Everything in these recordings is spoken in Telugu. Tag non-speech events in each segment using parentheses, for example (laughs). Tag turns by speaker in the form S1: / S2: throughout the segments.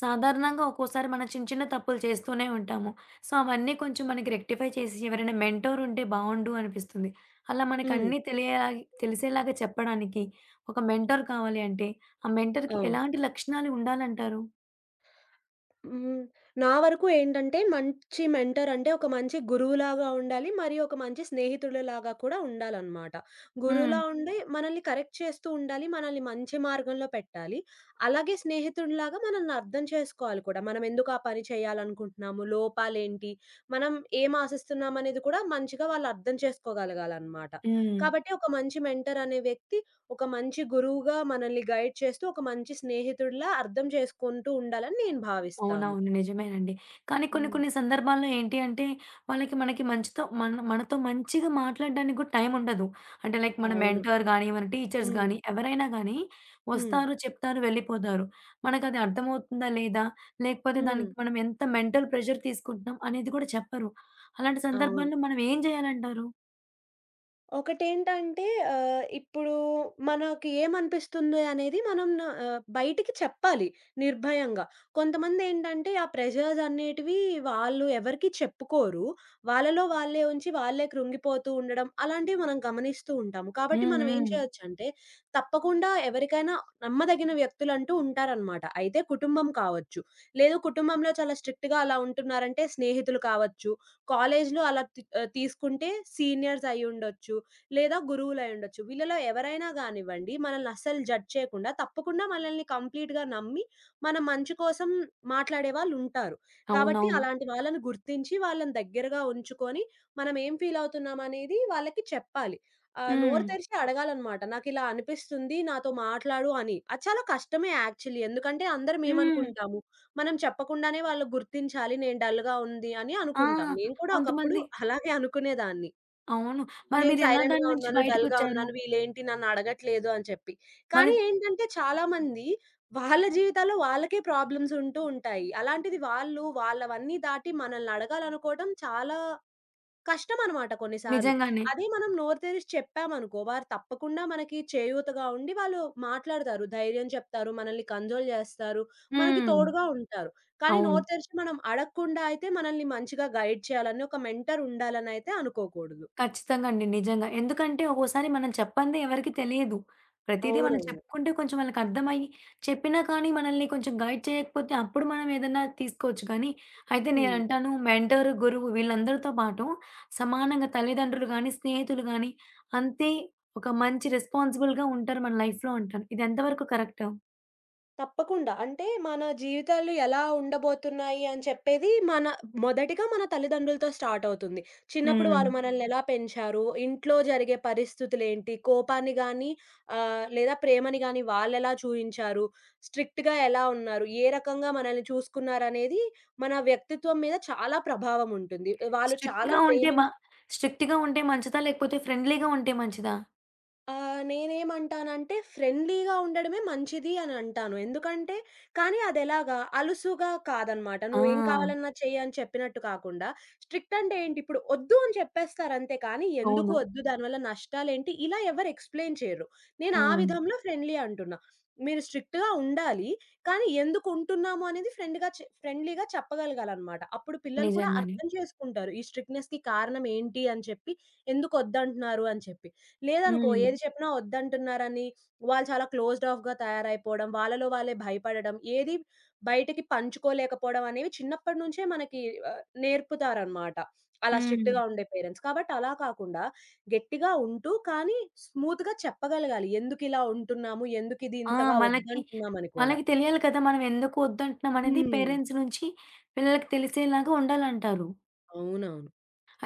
S1: సాధారణంగా ఒక్కోసారి మనం చిన్న చిన్న తప్పులు చేస్తూనే ఉంటాము. సో, అవన్నీ కొంచెం మనకి రెక్టిఫై చేసి ఎవరైనా మెంటోర్ ఉంటే బావుండు అనిపిస్తుంది. అలా మనకు
S2: హ్మ్.
S1: అన్నీ తెలియలా తెలిసేలాగా చెప్పడానికి ఒక మెంటోర్ కావాలి అంటే, ఆ మెంటర్‌కి
S2: అవును.
S1: ఎలాంటి లక్షణాలు ఉండాలంటారు?
S2: హ్మ్. నా వరకు ఏంటంటే మంచి మెంటర్ అంటే ఒక మంచి గురువులాగా ఉండాలి. మరి ఒక మంచి స్నేహితుడిలాగా కూడా ఉండాలనమాట. గురువులా
S1: హ్మ్.
S2: ఉండి మనల్ని కరెక్ట్ చేస్తూ ఉండాలి. మనల్ని మంచి మార్గంలో పెట్టాలి. అలాగే స్నేహితుడిలాగా మనల్ని అర్థం చేసుకోవాలి కూడా. మనం ఎందుకు ఆ పని చేయాలనుకుంటున్నాము? లోపాలేంటి? మనం ఏం ఆశిస్తున్నామనేది కూడా మంచిగా వాళ్ళు అర్థం చేసుకోగలగాలనమాట.
S1: హ్మ్.
S2: కాబట్టి ఒక మంచి మెంటర్ అనే వ్యక్తి ఒక మంచి గురువుగా మనల్ని గైడ్ చేస్తూ, ఒక మంచి స్నేహితుడిలా అర్థం చేసుకుంటూ ఉండాలని నేను భావిస్తాను.
S1: అవునవును. నిజమేనండి. కానీ కొన్ని
S2: హ్మ్.
S1: కొన్ని సందర్భాల్లో ఏంటి అంటే, వాళ్ళకి మనకి మంచితో మన మనతో మంచిగా మాట్లాడడానికి కూడా టైం ఉండదు. అంటే లైక్ మన
S2: అవును.
S1: మెంటర్ గాని, మన టీచర్స్
S2: హ్మ్.
S1: గాని, ఎవరైనా గానీ
S2: హ్మ్.
S1: వస్తారు, చెప్తారు, వెళ్ళిపోతారు. మనకది అర్థమవుతుందా లేదా? లేకపోతే
S2: హ్మ్.
S1: దానికి మనం ఎంత మెంటల్ ప్రెషర్ తీసుకుంటున్నాం అనేది కూడా చెప్పరు. అలాంటి
S2: అవును.
S1: సందర్భాల్లో మనం ఏం జేయాలంటారు?
S2: ఒకటేంటంటే ఇప్పుడు మనకి ఏమనిపిస్తుంది అనేది మనం బయటికి చెప్పాలి నిర్భయంగా. కొంతమందేంటంటే ఆ ప్రెషర్స్ అనేటివి వాళ్ళు ఎవరికీ చెప్పుకోరు. వాళ్ళలో వాళ్ళే ఉంచి వాళ్ళే కృంగిపోతూ ఉండడం అలాంటివి మనం గమనిస్తూ ఉంటాము. కాబట్టి
S1: హ్మ్.
S2: మనం ఏం
S1: హ్మ్.
S2: చేయొచ్చంటే తప్పకుండా ఎవరికైనా నమ్మదగిన వ్యక్తులంటూ ఉంటారనమాట. అయితే కుటుంబం కావచ్చు, లేదు కుటుంబంలో చాలా స్ట్రిక్ట్‌గా అలా ఉంటున్నారంటే స్నేహితులు కావచ్చు, కాలేజ్‌లో అలా తీసుకుంటే సీనియర్స్ అయ్యుండొచ్చు. లేదా గురువులై ఉండొచ్చు. వీళ్ళలో ఎవరైనా గానివ్వండి, మనల్ని అస్సలు జడ్జ్ చేయకుండా తప్పకుండా మనల్ని కంప్లీట్‌గా నమ్మి, మన మంచి కోసం మాట్లాడే వాళ్ళుంటారు. కాబట్టి
S1: అవునవును.
S2: అలాంటి వాళ్ళని గుర్తించి, వాళ్ళని దగ్గరగా ఉంచుకొని, మనం ఏం ఫీల్ అవుతున్నామనేది వాళ్ళకి చెప్పాలి.
S1: హ్మ్.
S2: నోరు తెరిచి అడగాలనమాట. నాకిలా అనిపిస్తుంది, నాతో మాట్లాడు అని. అది చాలా కష్టమే యాక్చువల్లీ. ఎందుకంటే అందరం
S1: హ్మ్.
S2: ఏమనుకుంటాము, మనం చెప్పకుండానే వాళ్ళు గుర్తించాలి, నేను డల్‌గా ఉంది అని
S1: ఆ!
S2: అనుకుంటాం. నేను కూడా ఒకప్పుడు
S1: కొంతమంది
S2: అలాగే అనుకునేదాన్ని.
S1: అవును. మరి
S2: నేను
S1: మీరెలా
S2: సైలెంట్‌గా
S1: దాని నుంచి
S2: ఉన్నాను, డల్‌గా
S1: బయటకొచ్చారు?
S2: ఉన్నాను, వీళ్ళేంటి నన్నడగట్లేదు అని చెప్పి.
S1: మరి
S2: కానీ ఏంటంటే చాలామంది వాళ్ళ జీవితాల్లో వాళ్ళకే ప్రాబ్లమ్స్ ఉంటూ ఉంటాయి. అలాంటిది వాళ్ళు వాళ్ళవన్నీ దాటి మనల్ని అడగాలనుకోవడం చాలా కష్టమనమాట కొన్నిసార్లు.
S1: నిజంగానే.
S2: అదే మనం నోరు తెరిసి చెప్పామనుకో, వారు తప్పకుండా మనకి చేయూతగా ఉండి వాళ్ళు మాట్లాడతారు. ధైర్యం చెప్తారు, మనల్ని కన్సోల్ చేస్తారు, మనకి
S1: హ్మ్.
S2: తోడుగా ఉంటారు. కానీ నోరు
S1: అవును.
S2: తెరిచి మనం అడగకుండా అయితే మనల్ని మంచిగా గైడ్ చేయాలని ఒక మెంటర్ ఉండాలనైతే అనుకోకూడదు.
S1: ఖచ్చితంగా అండి. నిజంగా. ఎందుకంటే ఒక్కోసారి మనం చెప్పందే ఎవరికీ తెలియదు. ప్రతీదీ మనం
S2: అవునవును.
S1: చెప్పుకుంటే కొంచెం వాళ్ళకి అర్థమయ్యి, చెప్పినా కానీ మనల్ని కొంచెం గైడ్ చేయకపోతే అప్పుడు మనం ఏదన్నా తీసుకోవచ్చు గానీ, అయితే
S2: హ్మ్.
S1: నేనంటాను మెంటరు, గురువు వీళ్ళందరితో పాటు సమానంగా తల్లిదండ్రులు గానీ, స్నేహితులు గానీ అంతే ఒక మంచి రెస్పాన్సిబుల్‌గా ఉంటారు మన లైఫ్‌లో అంటాను. ఇది ఎంతవరకు కరెక్ట్?
S2: తప్పకుండా. అంటే మన జీవితాలు ఎలా ఉండబోతున్నాయి అని చెప్పేది మన మొదటిగా మన తల్లిదండ్రులతో స్టార్ట్ అవుతుంది. చిన్నప్పుడు
S1: హ్మ్.
S2: వాళ్ళు మనల్ని ఎలా పెంచారు, ఇంట్లో జరిగే పరిస్థితులేంటి, కోపాన్ని గాని లేదా ప్రేమని గాని వాళ్ళెలా చూయించారు, స్ట్రిక్ట్‌గా ఎలా ఉన్నారు, ఏ రకంగా మనల్ని చూసుకున్నారనేది మన వ్యక్తిత్వం మీద చాలా ప్రభావం ఉంటుంది. వాళ్ళు చాలా
S1: స్ట్రిక్ట్‌గా ఉంటే మ
S2: ప్రేమించి
S1: స్ట్రిక్ట్‌గా ఉంటే మంచిదా? లేకపోతే ఫ్రెండ్లీగా ఉంటే మంచిదా?
S2: నేనేమంటానంటే ఫ్రెండ్లీగా ఉండడమే మంచిది అని అంటాను. ఎందుకంటే కానీ అదెలాగా అలుసుగా కాదనమాట.
S1: ఆ!
S2: నువ్వేం కావాలన్నా చెయ్యి అని చెప్పినట్టు కాకుండా, స్ట్రిక్ట్ అంటే ఏంటి ఇప్పుడు ఒద్దు అని చెప్పేస్తారంతే కానీ, ఎందుకు
S1: అవును.
S2: ఒద్దు దానివల్ల నష్టాలేంటి ఇలా ఎవరు ఎక్స్‌ప్లెయిన్ చేయరు. నేను ఆ
S1: హ్మ్.
S2: విధంలో ఫ్రెండ్లీ అంటున్నా. మీరు స్ట్రిక్ట్‌గా ఉండాలి. కానీ ఎందుకు ఉంటున్నాము అనేది ఫ్రెండ్‌గా చె ఫ్రెండ్లీగా చెప్పగలగాలనమాట. అప్పుడు పిల్లలు కూడా
S1: నిజంగానే.
S2: అర్థం చేసుకుంటారు. ఈ స్ట్రిక్ట్‌నెస్‌కి కారణం ఏంటి అని చెప్పి, ఎందుకు ఒద్దంటున్నారు అని చెప్పి. లేదనుకో
S1: హ్మ్.
S2: ఏది చెప్పినా వద్దంటున్నారని వాళ్ళు చాలా క్లోజ్డ్ ఆఫ్‌గా తయారైపోవడం, వాళ్ళలో వాళ్ళే భయపడడం, ఏది బయటకి పంచుకోలేకపోవడం అనేవి చిన్నప్పటి నుంచే మనకి నేర్పుతారనమాట. అలా
S1: హ్మ్.
S2: స్ట్రిక్ట్‌గా ఉండే పేరెంట్స్. కాబట్టి అలా కాకుండా గట్టిగా ఉంటూ కానీ స్మూత్‌గా చెప్పగలగాలి. ఎందుకిలా ఉంటున్నాము? ఎందుకిది
S1: ఆ!
S2: ఇంతగా
S1: మనకి,
S2: వద్దంటున్నామని కూడా.
S1: వాళ్ళకి తెలియాలి కదా! మనం ఎందుకు వద్దంటున్నాం అనేది
S2: హ్మ్.
S1: పేరెంట్స్ నుంచి పిల్లలకి తెలిసేలాగా ఉండాలంటారు.
S2: అవునవును.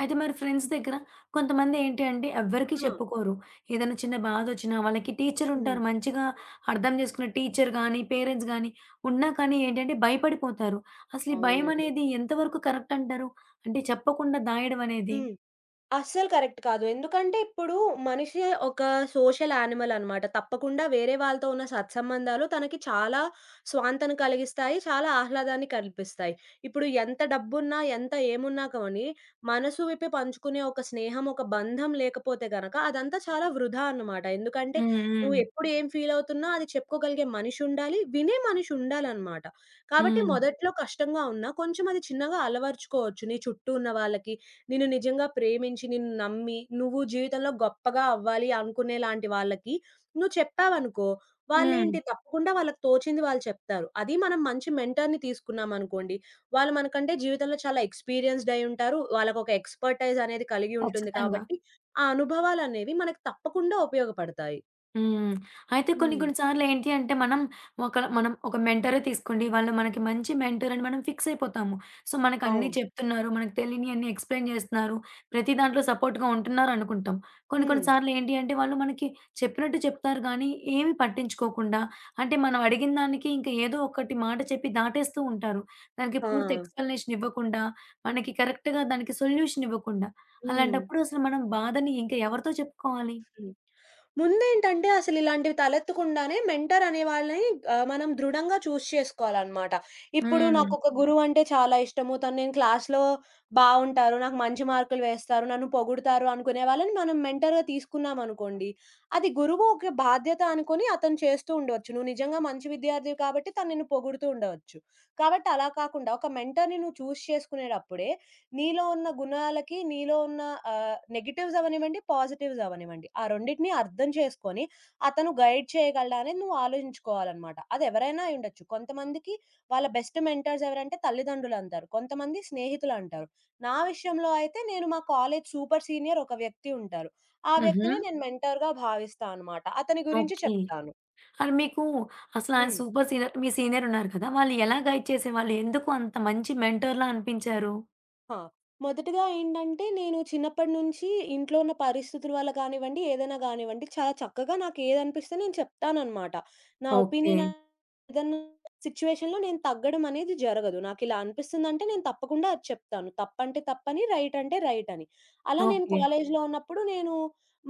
S1: అయితే మరి ఫ్రెండ్స్ దగ్గర కొంతమంది ఏంటి అంటే ఎవ్వరికీ
S2: ఆ!
S1: చెప్పుకోరు. ఏదైనా చిన్న బాధొచ్చినా వాళ్ళకి టీచర్
S2: హ్మ్.
S1: ఉంటారు. మంచిగా అర్థం చేసుకునే టీచర్ గానీ, పేరెంట్స్ గానీ ఉన్నా కానీ ఏంటంటే భయపడిపోతారు. అసలు ఈ భయం
S2: అవునండి.
S1: అనేది ఎంతవరకు కరెక్ట్ అంటారు? అంటే చెప్పకుండా దాయడం అనేది?
S2: హ్మ్. అస్సలు కరెక్ట్ కాదు. ఎందుకంటే, ఇప్పుడు మనిషి ఒక సోషల్ యానిమల్ అనమాట. తప్పకుండా వేరే వాళ్ళతో ఉన్న సత్సంబంధాలు తనకి చాలా స్వాంతన కలిగిస్తాయి. చాలా ఆహ్లాదాన్ని కల్పిస్తాయి. ఇప్పుడు ఎంత డబ్బున్నా, ఎంత ఏమున్నా కానీ, మనసు విప్పి పంచుకునే ఒక స్నేహం, ఒక బంధం లేకపోతే గనక అదంతా చాలా వృధా అన్నమాట. ఎందుకంటే,
S1: హ్మ్.
S2: నువ్వు
S1: హ్మ్.
S2: ఎప్పుడు ఏం ఫీల్ అవుతున్నా అది చెప్పుకోగలిగే మనిషుండాలి. వినే మనిషి ఉండాలన్నమాట. కాబట్టి
S1: హ్మ్.
S2: మొదట్లో కష్టంగా ఉన్నా కొంచెం అది చిన్నగా అలవరుచుకోవచ్చు. నీ చుట్టూ ఉన్న వాళ్ళకి, నిన్ను నిజంగా ప్రేమించి, నిన్ను నమ్మి, నువ్వు జీవితంలో గొప్పగా అవ్వాలి అనుకునేలాంటి వాళ్ళకి నువ్వు చెప్పావనుకో,
S1: హ్మ్.
S2: వాళ్ళేంటి తప్పకుండా వాళ్ళకి తోచింది వాళ్ళు చెప్తారు. అది మనం మంచి మెంటర్‌ని తీసుకున్నామనుకోండి, వాళ్ళు మనకంటే జీవితంలో చాలా ఎక్స్‌పీరియన్స్‌డ్ అయ్యుంటారు. వాళ్ళకొక ఎక్స్‌పర్‌టైజ్ అనేది కలిగి ఉంటుంది
S1: ఖచ్చితంగా.
S2: కాబట్టి, ఆ అనుభవాలనేవి మనకు తప్పకుండా ఉపయోగపడతాయి.
S1: హ్మ్. అయితే కొన్ని
S2: హ్మ్.
S1: కొన్ని సార్లు ఏంటి అంటే మనం ఒక మెంటరే తీసుకోండి. వాళ్ళు మనకి మంచి మెంటర్ అని మనం ఫిక్స్ అయిపోతాము. సో, మనకన్నీ
S2: అవును.
S1: చెప్తున్నారు. మనకు తెలియనియన్నీ ఎక్స్‌ప్లెయిన్ చేస్తున్నారు. ప్రతి దాంట్లో సపోర్ట్‌గా ఉంటున్నారనుకుంటాం. కొన్ని
S2: హ్మ్.
S1: కొన్ని సార్లు ఏంటి అంటే వాళ్ళు మనకి చెప్పినట్టు చెప్తారు గానీ ఏమి పట్టించుకోకుండా అంటే మనం అడిగిన దానికి ఇంకా ఏదో ఒకటి మాట చెప్పి దాటేస్తూ ఉంటారు. దానికి
S2: ఆ!
S1: పూర్తి ఎక్స్‌ప్లనేషన్ ఇవ్వకుండా, మనకి కరెక్ట్‌గా దానికి సొల్యూషన్ ఇవ్వకుండా.
S2: హ్మ్.
S1: అలాంటప్పుడు అసలు మనం బాధని ఇంకా ఎవరితో చెప్పుకోవాలి?
S2: ముందేంటంటే అసలిలాంటివి తలెత్తకుండానే మెంటర్ అనే వాళ్ళని మనం దృఢంగా చూజ్ చేసుకోవాలనమాట. ఇప్పుడు
S1: హ్మ్.
S2: నాకొక గురువంటే చాలా ఇష్టము. తను నేను క్లాస్‌లో బావుంటారు, నాకు మంచి మార్కులు వేస్తారు, నన్ను పొగుడుతారు అనుకునే వాళ్ళని మనం మెంటర్‌గా తీసుకున్నామనుకోండి. అది గురువు ఒక బాధ్యత అనుకోని అతను చేస్తూ ఉండవచ్చు. నువ్వు నిజంగా మంచి విద్యార్థివి కాబట్టి తను నిన్ను పొగుడుతూ ఉండవచ్చు. కాబట్టి అలా కాకుండా ఒక మెంటర్‌ని నువ్వు చూజ్ చేసుకునేటప్పుడే నీలో ఉన్న గుణాలకి, నీలో ఉన్న నెగెటివ్స్ అవ్వనివ్వండి, పాజిటివ్స్ అవ్వనివ్వండి. ఆ రెండిటిని అర్థం చేసుకొని, అతను గైడ్ చేయగలడా అనేది నువ్వు ఆలోచించుకోవాలనమాట. అది ఎవరైనా అయ్యుండొచ్చు. కొంతమందికి వాళ్ళ బెస్ట్ మెంటర్స్ ఎవరంటే తల్లిదండ్రులంటారు. కొంతమంది స్నేహితులంటారు. నా విషయంలో అయితే నేను మా కాలేజ్ సూపర్ సీనియర్ ఒక వ్యక్తి ఉంటారు. ఆ
S1: హుహు.
S2: వ్యక్తినే నేను మెంటర్‌గా భావిస్తా అనమాట. అతని గురించి
S1: ఓకే.
S2: చెప్తాను.
S1: అది మీకు అసలు ఆయన
S2: హ్మ్.
S1: సూపర్ సీనియర్ మీ సీనియర్ ఉన్నారు కదా! వాళ్ళు ఎలా గైడ్ చేసేవాళ్ళు? ఎందుకు అంత మంచి మెంటర్‌లా అనిపించారు?
S2: ఆ! మొదటగా ఏంటంటే, నేను చిన్నప్పటి నుంచి ఇంట్లో ఉన్న పరిస్థితుల వల్ల కానివ్వండి, ఏదైనా గానివ్వండి, చాలా చక్కగా నాకేదనిపిస్తే నేను చెప్తాననమాట. నా
S1: ఓకే.
S2: ఒపీనియన్ ఏదన్నా సిట్యుయేషన్‌లో నేను తగ్గడం అనేది జరగదు. నాకిలా అనిపిస్తుందంటే నేను తప్పకుండా అది చెప్తాను. తప్పంటే తప్పని, రైట్ అంటే రైట్ అని. అలా నేను
S1: ఓకే.
S2: కాలేజీలో ఉన్నప్పుడు నేను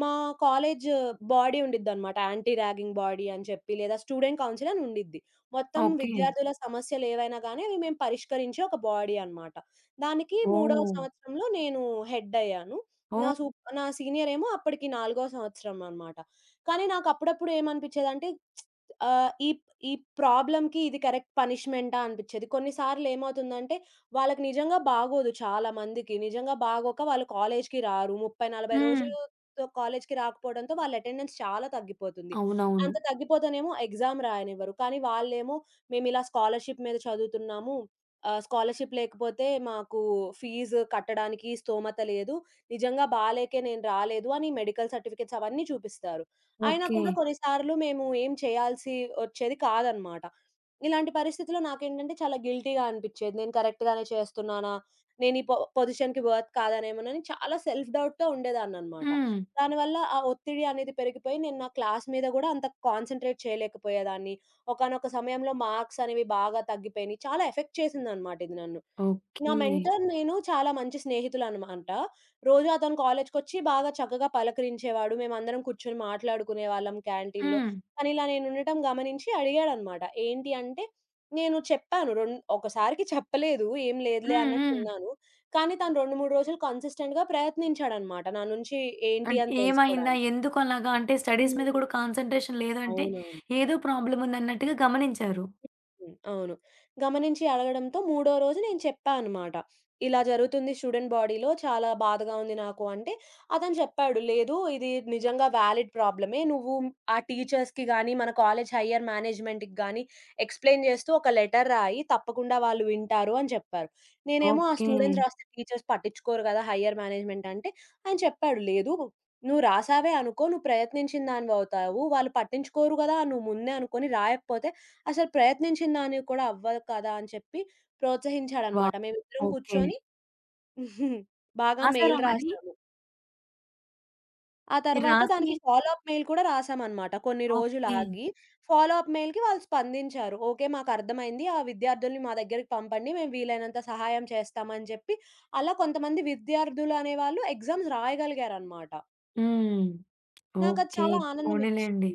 S2: మా కాలేజ్ బాడీ ఉండిద్దనమాట. యాంటీ ర్యాగింగ్ బాడీ అని చెప్పి, లేదా స్టూడెంట్ కౌన్సిల్ అని ఉండిద్ది. మొత్తం
S1: ఓకే.
S2: విద్యార్థుల సమస్యలేవైనా గాని, అవి మేము పరిష్కరించే ఒక బాడీ అనమాట. దానికి మూడవ
S1: ఓహ్!
S2: సంవత్సరంలో నేను హెడ్ అయ్యాను.
S1: ఓహ్!
S2: నా సీనియర్ ఏమో అప్పటికి నాలుగో సంవత్సరం అనమాట. కానీ నాకు అప్పుడప్పుడు ఏమనిపించేదంటే ఆహ్, ఈ ఈ ప్రాబ్లమ్‌కి ఇది కరెక్ట్ పనిష్మెంటా అనిపిచ్చేది. కొన్నిసార్లు ఏమవుతుందంటే, వాళ్ళకి నిజంగా బాగోదు చాలా మందికి. నిజంగా బాగోక వాళ్ళు కాలేజ్‌కి రారు. 30, 40
S1: హ్మ్.
S2: రోజులుతో కాలేజ్‌కి రాకపోవడంతో వాళ్ళ అటెండెన్స్ చాలా తగ్గిపోతుంది.
S1: అవునవును.
S2: అంత తగ్గిపోతేనేమో ఎగ్జామ్ రాయనివ్వరు. కానీ వాళ్ళేమో మేమిలా స్కాలర్‌షిప్ మీద చదువుతున్నాము. స్కాలర్‌షిప్ లేకపోతే మాకు ఫీజు కట్టడానికి స్తోమత లేదు. నిజంగా బాలేకే నేను రాలేదు అని మెడికల్ సర్టిఫికేట్స్ అవన్నీ చూపిస్తారు. అయినా
S1: ఓకే.
S2: కూడా కొన్నిసార్లు మేము ఏం చేయాల్సి వచ్చేది కాదనమాట. ఇలాంటి పరిస్థితిలో నాకేంటంటే చాలా గిల్టీగా అనిపిచ్చేది. నేను కరెక్ట్ గానే చేస్తున్నానా? నేను ఈ పొజిషన్‌కి వర్త్ కాదనేమోనని చాలా సెల్ఫ్ డౌట్‌తో ఉండేదాన్ననమాట.
S1: హ్మ్.
S2: దానివల్ల ఆ ఒత్తిడి అనేది పెరిగిపోయి నేను నా క్లాస్ మీద గూడా అంత కాన్సంట్రేట్ చేయలేకపోయేదాన్ని. ఒకానొక సమయంలో మార్క్స్ అనేవి బాగా తగ్గిపోయినియి. చాలా ఎఫెక్ట్ చేసిందనమాట ఇది నన్ను. నా
S1: ఓకే.
S2: మెంటర్ నేను చాలా మంచి స్నేహితులనమాట. రోజు అతను కాలేజ్‌కొచ్చి బాగా చక్కగా పలకరించేవాడు. మేమందరం కూర్చొని మాట్లాడుకునేవాళ్ళం క్యాంటీన్‌లో.
S1: హ్మ్.
S2: కానీ ఇలా నేనుండటం గమనించి అడిగాడనమాట. ఏంటి అంటే, నేను చెప్పాను ఒకసారికి చెప్పలేదు. ఏం లేదులే
S1: హ్మ్. హ్మ్.
S2: అన్నట్టున్నాను. కానీ తను 2, 3 రోజులు కన్సిస్టెంట్‌గా ప్రయత్నించాడనమాట. నా నుంచి ఏంటి
S1: అంటే
S2: అని
S1: ఏమైందా?
S2: తెలుసుకోడానికి.
S1: ఎందుకు అలాగా? అంటే స్టడీస్
S2: హ్మ్.
S1: మీద కూడా కాన్సంట్రేషన్ లేదంటే
S2: అవునవును.
S1: ఏదో ప్రాబ్లమ్ ఉందన్నట్టుగా గమనించారు.
S2: హ్మ్. అవును. గమనించి అడగడంతో మూడో రోజు నేను చెప్పా అనమాట. ఇలా జరుగుతుంది స్టూడెంట్ బాడీలో. చాలా బాధగా ఉంది నాకు అంటే, అతను చెప్పాడు. లేదు ఇది నిజంగా వాలిడ్ ప్రాబ్లమే. నువ్వు ఆ టీచర్స్‌కి గాని, మన కాలేజ్ హైయ్యర్ మేనేజ్మెంట్‌కి గాని ఎక్స్‌ప్లెయిన్ చేస్తూ ఒక లెటర్ రాయి. తప్పకుండా వాళ్ళు వింటారు అని చెప్పారు. నేనేమో ఆ
S1: ఓకే.
S2: స్టూడెంట్స్ రాస్తే టీచర్స్ పట్టించుకోరు కదా! హైయ్యర్ మేనేజ్మెంట్ అంటే, ఆయన చెప్పాడు. లేదు నువ్వు రాసావే అనుకో. నువ్వు ప్రయత్నించిన దానివవుతావు. వాళ్ళు పట్టించుకోరు కదా! నువ్వు ముందే అనుకోని రాయకపోతే అసలు ప్రయత్నించిన దానికి కూడా అవ్వదు కదా! అని చెప్పి ప్రోత్సహించాడనమాట.
S1: వావ్!
S2: మేమిద్దరం
S1: ఓకే.
S2: కూర్చొని (laughs) బాగా మెయిల్
S1: రాసారా మరి?
S2: రాసాము. ఆ
S1: మీరు
S2: తర్వాత
S1: రాసి
S2: దానికి ఫాలో అప్ మెయిల్ కూడా రాసామనమాట. కొన్ని రోజులు
S1: ఓకే.
S2: ఆగి ఫాలో అప్ మెయిల్‌కి వాళ్ళు స్పందించారు. "ఓకే. మాకర్థమైంది. ఆ విద్యార్థుల్ని మా దగ్గరికి పంపండి. మేము వీలైనంత సహాయం చేస్తామని" చెప్పి అలా కొంతమంది విద్యార్థులు అనేవాళ్ళు ఎగ్జామ్స్ రాయగలిగారనమాట.
S1: హ్మ్.
S2: నాకది
S1: ఓకే.
S2: చాలా
S1: పోనీలెండి.
S2: ఆనందమిచ్చింది.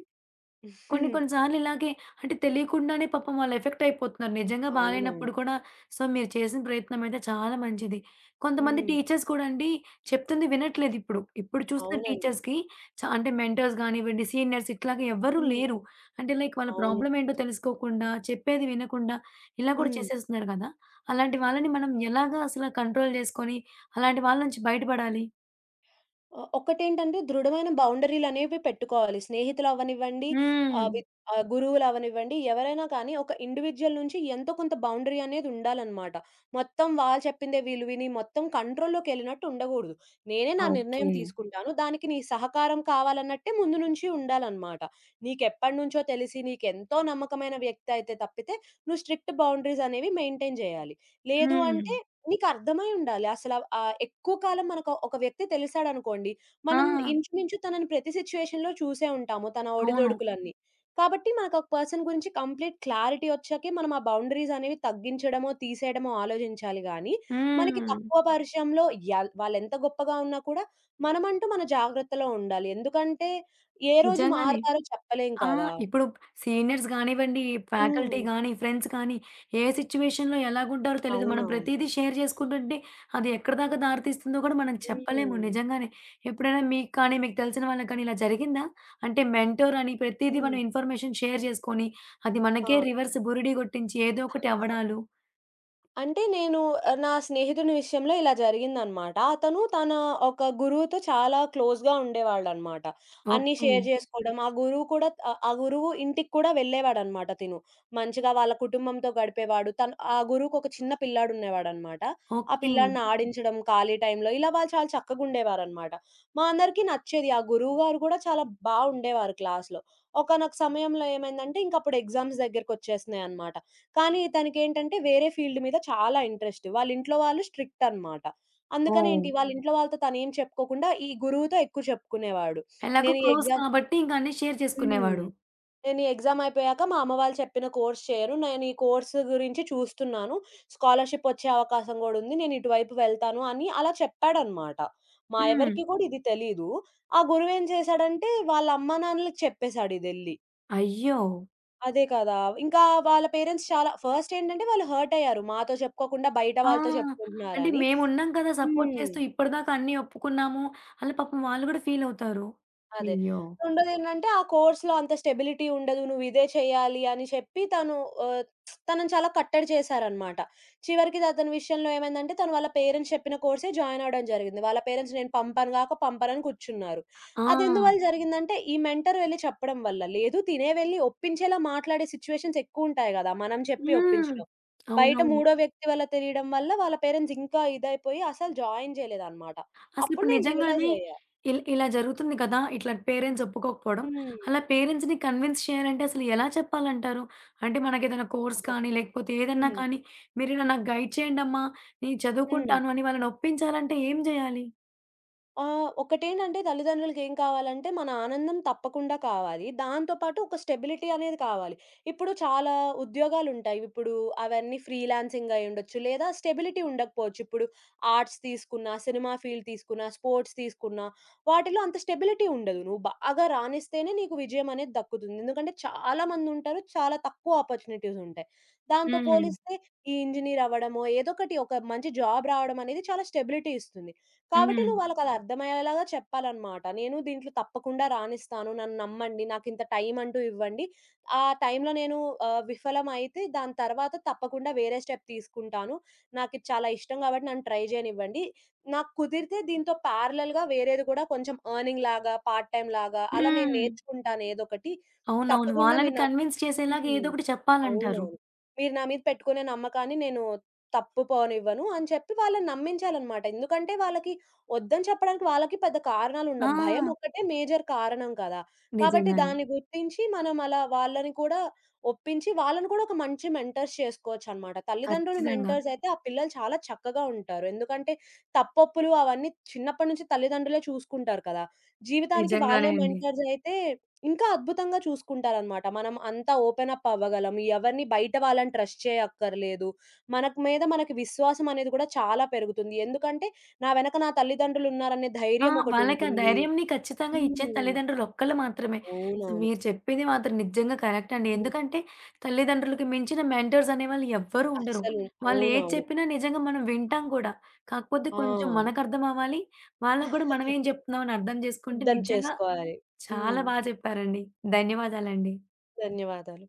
S1: కొన్ని
S2: (laughs)
S1: కొన్ని సార్లు ఇలాగే అంటే తెలియకుండానే పాపం వాళ్ళు ఎఫెక్ట్ అయిపోతున్నారు. నిజంగా
S2: అవునవును.
S1: బాలేనప్పుడు కూడా సో, మీరు చేసిన ప్రయత్నం అయితే చాలా మంచిది. కొంతమంది
S2: హ్మ్.
S1: టీచర్స్ కూడా అండి చెప్తుంది వినట్లేదు ఇప్పుడు. ఇప్పుడు చూస్తున్న
S2: అవునండి.
S1: టీచర్స్‌కి అంటే మెంటర్స్ గానివ్వండి, సీనియర్స్ ఇట్లాగా ఎవ్వరూ
S2: హ్మ్.
S1: లేరు. అంటే లైక్ వాళ్ళ
S2: అవును.
S1: ప్రాబ్లమ్ ఏంటో తెలుసుకోకుండా, చెప్పేది వినకుండా ఇలా కూడా
S2: హ్మ్.
S1: చేసేస్తున్నారు కదా! అలాంటి వాళ్ళని మనం ఎలాగా అసల కంట్రోల్ చేసుకొని అలాంటి వాళ్ళ నుంచి బయటపడాలి?
S2: ఒకటేంటంటే దృఢమైన బౌండరీలనేవి పెట్టుకోవాలి. స్నేహితులవ్వనివ్వండి,
S1: హ్మ్.
S2: ఆహ్, వి గురువులవ్వనివ్వండి, ఎవరైనా కానీ ఒక ఇండివిడ్యువల్ నుంచి ఎంతో కొంత బౌండరీ అనేదుండాలనమాట. మొత్తం వాళ్ళు చెప్పిందే వీళ్ళు విని మొత్తం కంట్రోల్‌లోకెళ్ళినట్టు ఉండగూడదు. నేనే నా నిర్ణయం
S1: ఓకే.
S2: తీసుకుంటాను. దానికి నీ సహకారం కావాలన్నట్టే ముందు నుంచి ఉండాలనమాట. నీకెప్పటినుంచో తెలిసి నీకెంతో నమ్మకమైన వ్యక్తి అయితే తప్పితే, నువ్వు స్ట్రిక్ట్ బౌండరీసనేవి మెయింటైన్ జేయాలి. లేదు
S1: హ్మ్.
S2: అంటే నీకర్థమై ఉండాలి. ఎక్కువ కాలం మనకు ఒక వ్యక్తి తెలిసాడనుకోండి,
S1: ఆ!
S2: మనం ఇంచుమించు తనని ప్రతి సిట్యుయేషన్‌లో చూసే ఉంటాము. తన
S1: అవును.
S2: ఒడిదొడుకులన్నీ. కాబట్టి మనకు ఒక పర్సన్ గురించి కంప్లీట్ క్లారిటీ వచ్చాకే మనం ఆ బౌండరీస్ అనేవి తగ్గించడమో, తీసేయడమో ఆలోచించాలి గానీ, మనకి
S1: హ్మ్.
S2: తక్కువ పరిచయంలో వాళ్ళెంత గొప్పగా ఉన్నా కూడా మనమంటూ మన జాగ్రత్తలో ఉండాలి. ఎందుకంటే ఏ రోజు
S1: నిజంగానే.
S2: మారతారో చెప్పలేం
S1: ఆ!
S2: కదా!
S1: ఇప్పుడు సీనియర్స్ గానివ్వండి, ఫ్యాకల్టీ
S2: హ్మ్.
S1: గానీ, ఫ్రెండ్స్ కానీ, ఏ సిట్యుయేషన్‌లో ఎలాగుంటారో తెలీదు. మనం
S2: అవునవును.
S1: ప్రతీదీ షేర్ చేసుకుంటుంటే, అది ఎక్కడిదాకా దారితీస్తుందో కూడా మనం చెప్పలేము
S2: హ్మ్.
S1: నిజంగానే. ఎప్పుడైనా మీకు కానీ, మీకు తెలిసిన వాళ్ళకి కానీ ఇలా జరిగిందా? అంటే మెంటోర్ అని ప్రతీదీ
S2: హ్మ్.
S1: మనం ఇన్ఫర్మేషన్ షేర్ చేసుకొని, అది మనకే రివర్స్ బురిడి కొట్టించి ఏదో ఒకటి
S2: ఆ!
S1: అవ్వడాలు.
S2: అంటే నేను నా స్నేహితుని విషయంలో ఇలా జరిగిందనమాట. అతను తన ఒక గురువుతో చాలా క్లోజ్‌గా ఉండేవాడనమాట. అన్నీ
S1: ఓకే.
S2: షేర్ జేసుకోవడం. ఆ గురువు కూడా ఆ గురువు ఇంటికి కూడా వెళ్ళేవాడనమాట తిను. మంచిగా వాళ్ళ కుటుంబంతో గడిపేవాడు. తను ఆ గురువుకొక చిన్న పిల్లాడుండేవాడనమాట. ఆ
S1: ఓకే.
S2: పిల్లాడిని ఆడించడం ఖాళీ టైంలో ఇలా వాళ్ళు చాలా చక్కగుండేవారనమాట. మా అందరికీ నచ్చేది. ఆ గురువుగారు కూడా చాలా ఉండేవారు క్లాస్‌లో. ఒకానొక సమయంలో ఏమైందంటే ఇంకప్పుడు ఎగ్జామ్స్ దగ్గరకొచ్చేస్తున్నాయనమాట. కానీ తనకేంటంటే వేరే ఫీల్డ్ మీద చాలా ఇంట్రెస్ట్. వాళ్ళ ఇంట్లో వాళ్ళు స్ట్రిక్ట్ అన్నమాట.
S1: ఓహ్!
S2: అందుకనేంటి వాళ్ళ ఇంట్లో వాళ్ళతో తనేం చెప్పుకోకుండా ఈ గురువుతో ఎక్కువ చెప్పుకునేవాడు.
S1: ఎలాగో
S2: నేను ఈ
S1: క్లోజ్
S2: ఎగ్జామ్
S1: కాబట్టి ఇంక అన్నీ షేర్
S2: హ్మ్.
S1: చేసుకునేవాడు.
S2: నేను ఈ ఎగ్జామ్ అయిపోయాక మా అమ్మ వాళ్ళు చెప్పిన కోర్స్ చేయరు. నేను ఈ కోర్స్ గురించి చూస్తున్నాను. స్కాలర్‌షిప్ వచ్చే అవకాశం గూడా ఉంది. నేను ఇటువైపు వెళ్తాను అని అలా చెప్పాడన్నమాట. మా
S1: హ్మ్.
S2: ఎవరికీ గూడా ఇది తెలీదు. ఆ గురువేం చేశాడంటే వాళ్ళ అమ్మానాన్నలకి చెప్పేసాడు ఇదెళ్లి.
S1: అయ్యో!
S2: అదే కదా! ఇంకా వాళ్ళ పేరెంట్స్ చాలా ఫస్ట్ ఏంటంటే వాళ్ళు హర్ట్ అయ్యారు. మాతో చెప్పుకోకుండా బయట
S1: ఆ!
S2: వాళ్ళతో
S1: అంటే
S2: చెప్పుకుంటున్నారని.
S1: మేమున్నాం కదా! సపోర్ట్
S2: హ్మ్.
S1: చేస్తూ. ఇప్పటిదాకా అన్నీ ఒప్పుకున్నాము. అలా పాపం వాళ్ళు కూడా ఫీలవుతారు.
S2: అదే.
S1: అయ్యో!
S2: రెండోదేంటంటే, ఆ కోర్స్‌లో అంత స్టెబిలిటీ ఉండదు. నువ్వు ఇదే చేయాలి అని చెప్పి తను ఆహ్, తనని చాలా కట్టడి చేశారనమాట. చివరికి అతని విషయంలో ఏమైందంటే, తను వాళ్ళ పేరెంట్స్ చెప్పిన కోర్సే జాయిన్ అవ్వడం జరిగింది. వాళ్ళ పేరెంట్స్ నేను పంపను గాక పంపనని కూర్చున్నారు.
S1: ఆ!
S2: అదెందువల్ల జరిగిందంటే, ఈ మెంటర్ వెళ్లి చెప్పడం వల్ల. లేదు తినే వెళ్లి ఒప్పించేలా మాట్లాడే సిట్యుయేషన్స్ ఎక్కువుంటాయి గదా! మనం చెప్పి
S1: హ్మ్.
S2: ఒప్పించడం. బయట
S1: అవునవును.
S2: మూడో వ్యక్తి వల్ల తెలియడం వల్ల వాళ్ళ పేరెంట్స్ ఇంకా ఇదైపోయి అసలు జాయిన్ చేయలేదనమాట. అప్పుడు
S1: అసలిప్పుడు
S2: నేను రియలైజ్
S1: నిజంగానే
S2: అయ్యా.
S1: ఇలా జరుగుతుంది కదా! ఇట్లా పేరెంట్స్ ఒప్పుకోకపోవడం.
S2: హ్మ్.
S1: అలా పేరెంట్స్‌ని కన్విన్స్ చేయాలంటే అసలు ఎలా చెప్పాలంటారు? అంటే మనకేదైనా కోర్స్ కానీ, లేకపోతే ఏదన్నా
S2: హ్మ్.
S1: కానీ, "మీరిలా నాకు గైడ్ చేయండమ్మా, నేను
S2: హ్మ్.
S1: చదువుకుంటాను" అని వాళ్ళని ఒప్పించాలంటే ఏం జేయాలి?
S2: ఒకటేంటంటే తల్లిదండ్రులకేం కావాలంటే మన ఆనందం తప్పకుండా కావాలి. దాంతో పాటు ఒక స్టెబిలిటీ అనేది కావాలి. ఇప్పుడు చాలా ఉద్యోగాలుంటాయి. ఇప్పుడు అవన్నీ ఫ్రీలాన్సింగ్ అయ్యుండొచ్చు. లేదా స్టెబిలిటీ ఉండకపోవచ్చు. ఇప్పుడు ఆర్ట్స్ తీసుకున్నా, సినిమా ఫీల్డ్ తీసుకున్నా, స్పోర్ట్స్ తీసుకున్నా, వాటిలో అంత స్టెబిలిటీ ఉండదు. నువ్వు బాగా రాణిస్తేనే నీకు విజయం అనేది దక్కుతుంది. ఎందుకంటే చాలా మందుంటారు. చాలా తక్కువ ఆపర్చునిటీస్ ఉంటాయి. దాంతో
S1: హ్మ్.
S2: పోలిస్తే ఈ ఇంజినీర్ అవ్వడమో, ఏదో ఒకటి ఒక మంచి జాబ్ రావడం అనేది చాలా స్టెబిలిటీ ఇస్తుంది. కాబట్టి
S1: హ్మ్.
S2: నువ్వు వాళ్ళకది అర్థమయ్యేలాగా చెప్పాలనమాట. నేను దీంట్లో తప్పకుండా రాణిస్తాను. నన్ను నమ్మండి. నాకింత టైం అంటూ ఇవ్వండి. ఆ టైంలో నేను విఫలమైతే దాని తర్వాత తప్పకుండా వేరే స్టెప్ తీసుకుంటాను. నాకిది చాలా ఇష్టం కాబట్టి నన్ను ట్రై చేయనివ్వండి. నాకు కుదిరితే దీంతో ప్యారలెల్‌గా వేరేది కూడా కొంచెం ఎర్నింగ్ లాగా, పార్ట్ టైమ్ లాగా అలా నేను
S1: హ్మ్.
S2: నేర్చుకుంటాను ఏదొకటి.
S1: అవునవును.
S2: తప్పకుండా
S1: వాళ్ళని
S2: మీరు నా
S1: కన్విన్స్ చేసేలాగా
S2: హ్మ్.
S1: ఏదో ఒకటి చెప్పాలంటారు.
S2: అవునవును. మీరు నా మీద పెట్టుకునే నమ్మకాన్ని నేను తప్పు పోనివ్వను అని చెప్పి వాళ్ళని నమ్మించాలన్నమాట. ఎందుకంటే వాళ్ళకి వద్దని చెప్పడానికి వాళ్ళకి పెద్ద కారణాలుండవు. భయం
S1: ఆ!
S2: ఒక్కటే మేజర్ కారణం కదా! కాబట్టి
S1: నిజంగానే.
S2: దాన్ని గుర్తించి మనం అలా వాళ్ళని కూడా ఒప్పించి వాళ్ళని కూడా ఒక మంచి మెంటర్స్ చేసుకోవచ్చన్నమాట. తల్లిదండ్రులు
S1: ఖచ్చితంగా.
S2: మెంటర్స్ అయితే ఆ పిల్లలు చాలా చక్కగా ఉంటారు. ఎందుకంటే తప్పొప్పులు అవన్నీ చిన్నప్పటి నుంచి తల్లిదండ్రులే చూసుకుంటారు కదా! జీవితానికి వాళ్ళే
S1: నిజంగానే అండి.
S2: మెంటర్స్ అయితే ఇంకా అద్భుతంగా చూసుకుంటారనమాట. మనం అంతా ఓపెన్ అప్ అవ్వగలం. ఎవరిని బయట వాళ్ళని ట్రస్ట్ చేయక్కర్లేదు. మనకు మీద మనకి విశ్వాసం అనేది గూడా చాలా పెరుగుతుంది. ఎందుకంటే, నా వెనక నా తల్లిదండ్రులున్నారనే
S1: ఆ!
S2: ధైర్యం
S1: వాళ్ళకి ఆ
S2: ఒకటుంటుంది.
S1: ధైర్యంని ఖచ్చితంగా ఇచ్చేది
S2: హ్మ్.
S1: తల్లిదండ్రులు ఒక్కళ్ళు మాత్రమే. సో,
S2: అవునవును.
S1: మీరు చెప్పింది మాత్రం నిజంగా కరెక్ట్ అండి.
S2: హ్మ్.
S1: ఎందుకంటే తల్లిదండ్రులకి మించిన మెంటర్స్ అనేవాళ్ళు ఎవ్వరూ ఉండరు.
S2: అస్సలు
S1: వాళ్ళు ఏది
S2: అవునవును.
S1: చెప్పినా నిజంగా మనం వింటాం కూడా. కాకపోతే
S2: ఆ!
S1: కొంచెం మనకు అర్థం అవ్వాలి. వాళ్ళకి కూడా మనం ఏం
S2: (laughs)
S1: చెప్తున్నాం అని అర్థం చేసుకుంటే
S2: సిద్ధం
S1: నిజంగా
S2: చేసుకోవాలి. హ్మ్.
S1: చాలా బాగా చెప్పారండి. ధన్యవాదాలండి.
S2: ధన్యవాదాలు.